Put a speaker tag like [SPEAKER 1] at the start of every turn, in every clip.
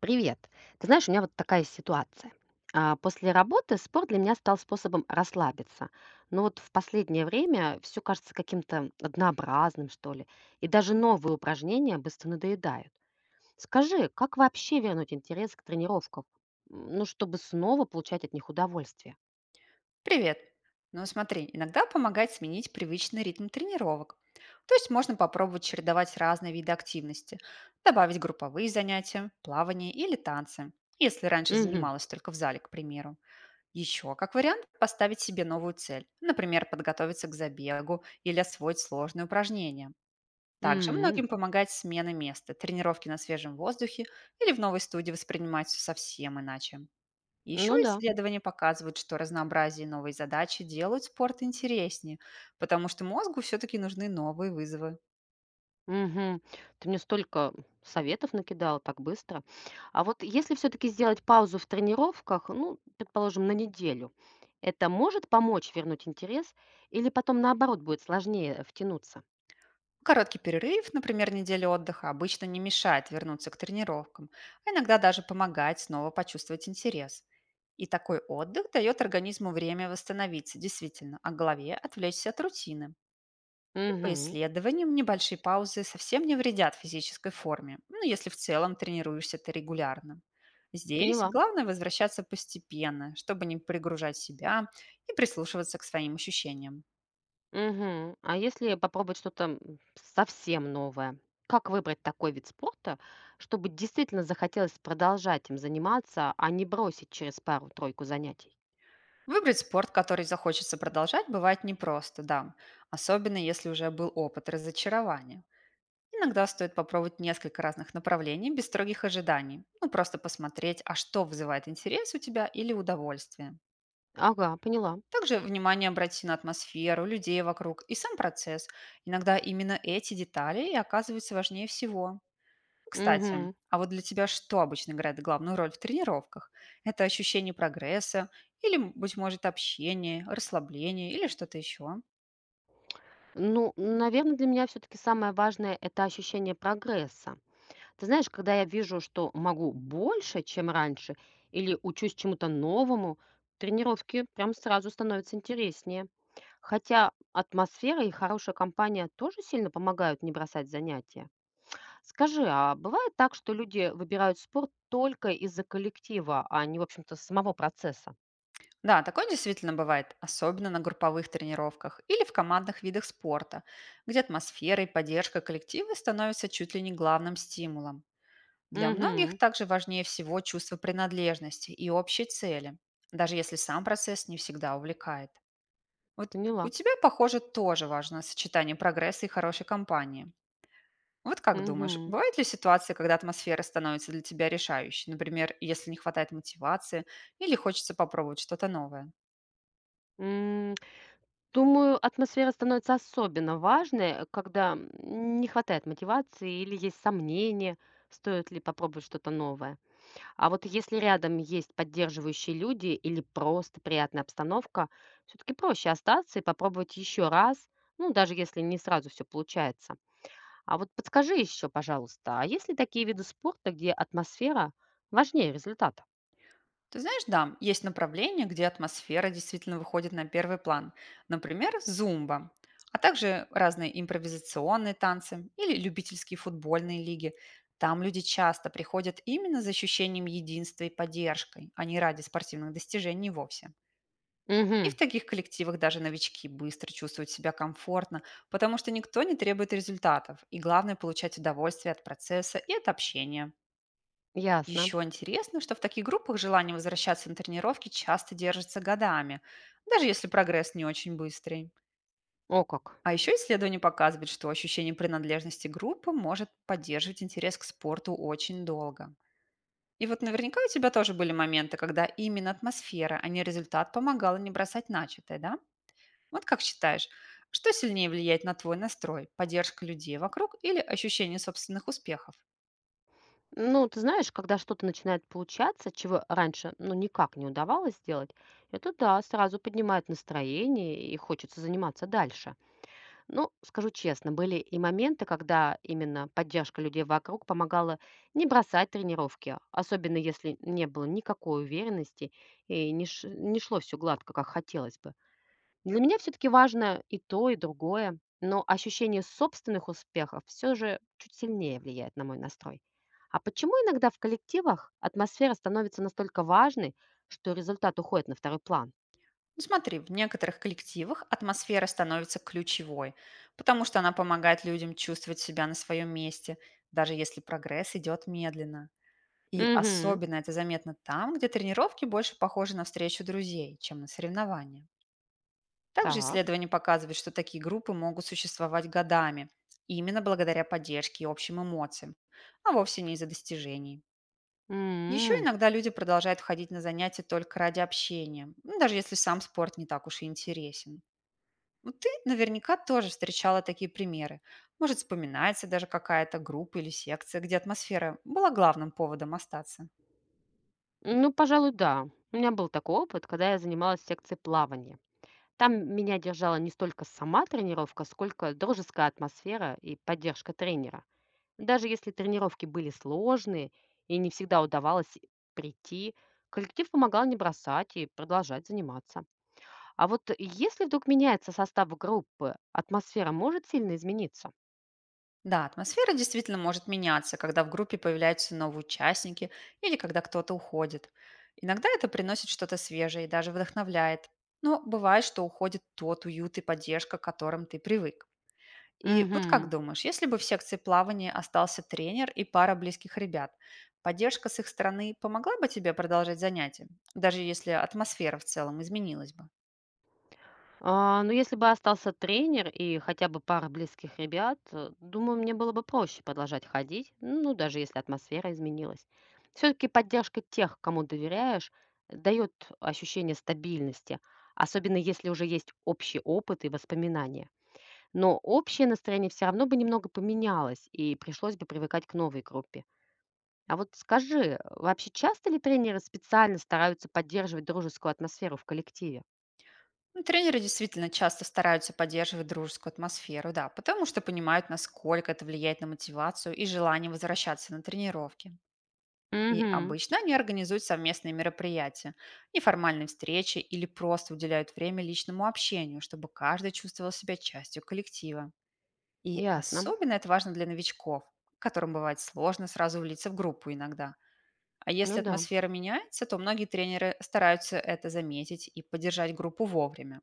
[SPEAKER 1] Привет. Ты знаешь, у меня вот такая ситуация. После работы спорт для меня стал способом расслабиться. Но вот в последнее время все кажется каким-то однообразным, что ли. И даже новые упражнения быстро надоедают. Скажи, как вообще вернуть интерес к тренировкам? Ну, чтобы снова получать от них удовольствие.
[SPEAKER 2] Привет! Ну смотри, иногда помогает сменить привычный ритм тренировок. То есть можно попробовать чередовать разные виды активности, добавить групповые занятия, плавание или танцы, если раньше
[SPEAKER 1] Угу.
[SPEAKER 2] занималась только в зале, к примеру. Еще, как вариант, поставить себе новую цель, например, подготовиться к забегу или освоить сложные упражнения. Также многим помогает смена места, тренировки на свежем воздухе или в новой студии воспринимать совсем иначе. Еще
[SPEAKER 1] Ну да.
[SPEAKER 2] исследования показывают, что разнообразие и новые задачи делают спорт интереснее, потому что мозгу все-таки нужны новые вызовы.
[SPEAKER 1] Мгм. Ты мне столько советов накидала так быстро. А вот если все-таки сделать паузу в тренировках, ну, предположим, на неделю, это может помочь вернуть интерес или потом наоборот будет сложнее втянуться?
[SPEAKER 2] Короткий перерыв, например, неделя отдыха, обычно не мешает вернуться к тренировкам, а иногда даже помогает снова почувствовать интерес. И такой отдых дает организму время восстановиться, действительно, а голове отвлечься от рутины. И по
[SPEAKER 1] Мгм.
[SPEAKER 2] исследованиям небольшие паузы совсем не вредят физической форме, ну, если в целом тренируешься ты регулярно. Здесь
[SPEAKER 1] Поняла.
[SPEAKER 2] главное возвращаться постепенно, чтобы не перегружать себя и прислушиваться к своим ощущениям.
[SPEAKER 1] Мгм. А если попробовать что-то совсем новое? Как выбрать такой вид спорта, чтобы действительно захотелось продолжать им заниматься, а не бросить через пару-тройку занятий?
[SPEAKER 2] Выбрать спорт, который захочется продолжать, бывает непросто, да, особенно если уже был опыт разочарования. Иногда стоит попробовать несколько разных направлений без строгих ожиданий, ну просто посмотреть, а что вызывает интерес у тебя или удовольствие.
[SPEAKER 1] Ага, поняла.
[SPEAKER 2] Также внимание обрати на атмосферу, людей вокруг и сам процесс. Иногда именно эти детали и оказываются важнее всего. Кстати,
[SPEAKER 1] Мгм.
[SPEAKER 2] а вот для тебя что обычно играет главную роль в тренировках? Это ощущение прогресса или, быть может, общение, расслабление или что-то еще?
[SPEAKER 1] Ну, наверное, для меня все-таки самое важное– это ощущение прогресса. Ты знаешь, когда я вижу, что могу больше, чем раньше, или учусь чему-то новому, тренировки прям сразу становятся интереснее. Хотя атмосфера и хорошая компания тоже сильно помогают не бросать занятия. Скажи, а бывает так, что люди выбирают спорт только из-за коллектива, а не, в общем-то, самого процесса?
[SPEAKER 2] Да, такое действительно бывает, особенно на групповых тренировках или в командных видах спорта, где атмосфера и поддержка коллектива становятся чуть ли не главным стимулом. Для многих
[SPEAKER 1] Угу,
[SPEAKER 2] также важнее всего чувство принадлежности и общей цели, даже если сам процесс не всегда увлекает. Вот у
[SPEAKER 1] поняла.
[SPEAKER 2] тебя, похоже, тоже важно сочетание прогресса и хорошей компании. Вот как думаешь,
[SPEAKER 1] Угу.
[SPEAKER 2] бывают ли ситуации, когда атмосфера становится для тебя решающей? Например, если не хватает мотивации или хочется попробовать что-то новое?
[SPEAKER 1] Думаю, атмосфера становится особенно важной, когда не хватает мотивации или есть сомнения, стоит ли попробовать что-то новое. А вот если рядом есть поддерживающие люди или просто приятная обстановка, все-таки проще остаться и попробовать еще раз, ну, даже если не сразу все получается. А вот подскажи еще, пожалуйста, а есть ли такие виды спорта, где атмосфера важнее результата?
[SPEAKER 2] Ты знаешь, да, есть направления, где атмосфера действительно выходит на первый план. Например, зумба, а также разные импровизационные танцы или любительские футбольные лиги. Там люди часто приходят именно за ощущением единства и поддержкой, а не ради спортивных достижений вовсе. И в
[SPEAKER 1] Угу,
[SPEAKER 2] таких коллективах даже новички быстро чувствуют себя комфортно, потому что никто не требует результатов, и главное — получать удовольствие от процесса и от общения.
[SPEAKER 1] ясно.
[SPEAKER 2] Еще интересно, что в таких группах желание возвращаться на тренировки часто держится годами, даже если прогресс не очень быстрый.
[SPEAKER 1] О как.
[SPEAKER 2] А еще исследования показывают, что ощущение принадлежности группы может поддерживать интерес к спорту очень долго. И вот наверняка у тебя тоже были моменты, когда именно атмосфера, а не результат помогала не бросать начатое, да? Вот как считаешь, что сильнее влияет на твой настрой? Поддержка людей вокруг или ощущение собственных успехов?
[SPEAKER 1] Ну, ты знаешь, когда что-то начинает получаться, чего раньше, ну, никак не удавалось сделать, это да, сразу поднимает настроение и хочется заниматься дальше. Ну, скажу честно, были и моменты, когда именно поддержка людей вокруг помогала не бросать тренировки, особенно если не было никакой уверенности и не шло все гладко, как хотелось бы. Для меня все-таки важно и то, и другое, но ощущение собственных успехов все же чуть сильнее влияет на мой настрой. А почему иногда в коллективах атмосфера становится настолько важной, что результат уходит на второй план?
[SPEAKER 2] Ну, смотри, в некоторых коллективах атмосфера становится ключевой, потому что она помогает людям чувствовать себя на своем месте, даже если прогресс идет медленно. И
[SPEAKER 1] Угу,
[SPEAKER 2] особенно это заметно там, где тренировки больше похожи на встречу друзей, чем на соревнования. Также
[SPEAKER 1] так.
[SPEAKER 2] исследования показывают, что такие группы могут существовать годами, именно благодаря поддержке и общим эмоциям, а вовсе не из-за достижений. Еще
[SPEAKER 1] М,
[SPEAKER 2] иногда люди продолжают ходить на занятия только ради общения, ну, даже если сам спорт не так уж и интересен. Ну, ты наверняка тоже встречала такие примеры. Может, вспоминается даже какая-то группа или секция, где атмосфера была главным поводом остаться.
[SPEAKER 1] Ну, пожалуй, да. У меня был такой опыт, когда я занималась секцией плавания. Там меня держала не столько сама тренировка, сколько дружеская атмосфера и поддержка тренера. Даже если тренировки были сложные и не всегда удавалось прийти, коллектив помогал не бросать и продолжать заниматься. А вот если вдруг меняется состав группы, атмосфера может сильно измениться?
[SPEAKER 2] Да, атмосфера действительно может меняться, когда в группе появляются новые участники или когда кто-то уходит. Иногда это приносит что-то свежее и даже вдохновляет. Но бывает, что уходит тот уют и поддержка, к которым ты привык. И вот как
[SPEAKER 1] Мгм.
[SPEAKER 2] думаешь, если бы в секции плавания остался тренер и пара близких ребят, поддержка с их стороны помогла бы тебе продолжать занятия, даже если атмосфера в целом изменилась бы?
[SPEAKER 1] Ну, если бы остался тренер и хотя бы пара близких ребят, думаю, мне было бы проще продолжать ходить, ну, даже если атмосфера изменилась. Все-таки поддержка тех, кому доверяешь, дает ощущение стабильности, особенно если уже есть общий опыт и воспоминания. Но общее настроение все равно бы немного поменялось, и пришлось бы привыкать к новой группе. А вот скажи, вообще часто ли тренеры специально стараются поддерживать дружескую атмосферу в коллективе?
[SPEAKER 2] Ну, тренеры действительно часто стараются поддерживать дружескую атмосферу, да, потому что понимают, насколько это влияет на мотивацию и желание возвращаться на тренировки. И
[SPEAKER 1] Угу,
[SPEAKER 2] обычно они организуют совместные мероприятия, неформальные встречи или просто уделяют время личному общению, чтобы каждый чувствовал себя частью коллектива. И
[SPEAKER 1] ясно.
[SPEAKER 2] особенно это важно для новичков, которым бывает сложно сразу влиться в группу иногда. А
[SPEAKER 1] Ну
[SPEAKER 2] если
[SPEAKER 1] да.
[SPEAKER 2] атмосфера меняется, то многие тренеры стараются это заметить и поддержать группу вовремя.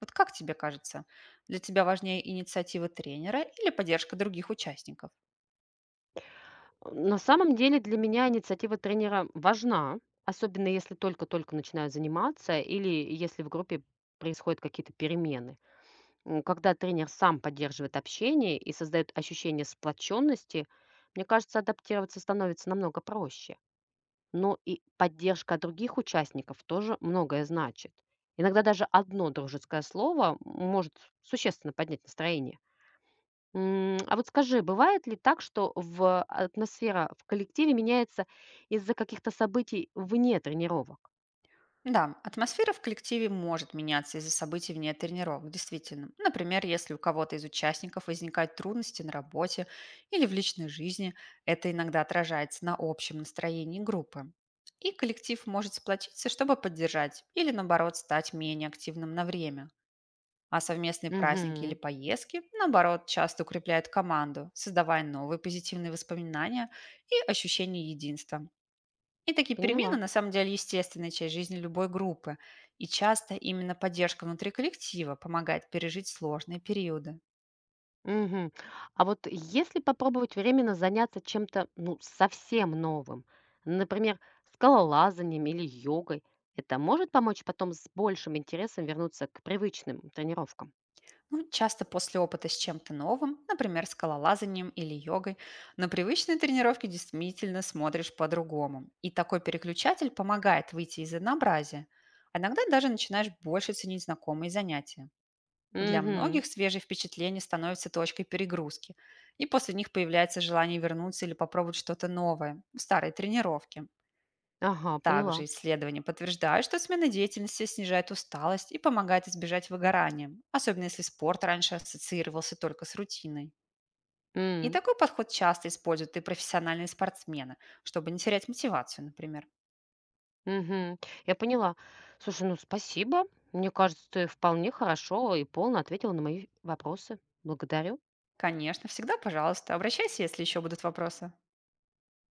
[SPEAKER 2] Вот как тебе кажется, для тебя важнее инициатива тренера или поддержка других участников?
[SPEAKER 1] На самом деле для меня инициатива тренера важна, особенно если только-только начинаю заниматься или если в группе происходят какие-то перемены. Когда тренер сам поддерживает общение и создает ощущение сплоченности, мне кажется, адаптироваться становится намного проще. Но и поддержка других участников тоже многое значит. Иногда даже одно дружеское слово может существенно поднять настроение. А вот скажи, бывает ли так, что в атмосфера в коллективе меняется из-за каких-то событий вне тренировок?
[SPEAKER 2] Да, атмосфера в коллективе может меняться из-за событий вне тренировок, действительно. Например, если у кого-то из участников возникают трудности на работе или в личной жизни, это иногда отражается на общем настроении группы. И коллектив может сплотиться, чтобы поддержать или, наоборот, стать менее активным на время. А совместные праздники или
[SPEAKER 1] Мгм.
[SPEAKER 2] поездки, наоборот, часто укрепляют команду, создавая новые позитивные воспоминания и ощущение единства. И такие перемены,
[SPEAKER 1] Поняла.
[SPEAKER 2] на самом деле, естественная часть жизни любой группы. И часто именно поддержка внутри коллектива помогает пережить сложные периоды.
[SPEAKER 1] Мгм. А вот если попробовать временно заняться чем-то, ну, совсем новым, например, скалолазанием или йогой, это может помочь потом с большим интересом вернуться к привычным тренировкам?
[SPEAKER 2] Ну, часто после опыта с чем-то новым, например, скалолазанием или йогой, на привычные тренировки действительно смотришь по-другому. И такой переключатель помогает выйти из однообразия. А иногда даже начинаешь больше ценить знакомые занятия. Для
[SPEAKER 1] Мгм.
[SPEAKER 2] многих свежие впечатления становятся точкой перегрузки, и после них появляется желание вернуться или попробовать что-то новое в старой тренировке.
[SPEAKER 1] Ага,
[SPEAKER 2] Также
[SPEAKER 1] поняла.
[SPEAKER 2] исследования подтверждают, что смена деятельности снижает усталость и помогает избежать выгорания, особенно если спорт раньше ассоциировался только с рутиной. И
[SPEAKER 1] М.
[SPEAKER 2] такой подход часто используют и профессиональные спортсмены, чтобы не терять мотивацию, например.
[SPEAKER 1] Мгм. Я поняла. Слушай, ну спасибо. Мне кажется, ты вполне хорошо и полно ответила на мои вопросы. Благодарю.
[SPEAKER 2] Конечно, всегда, пожалуйста, обращайся, если еще будут вопросы.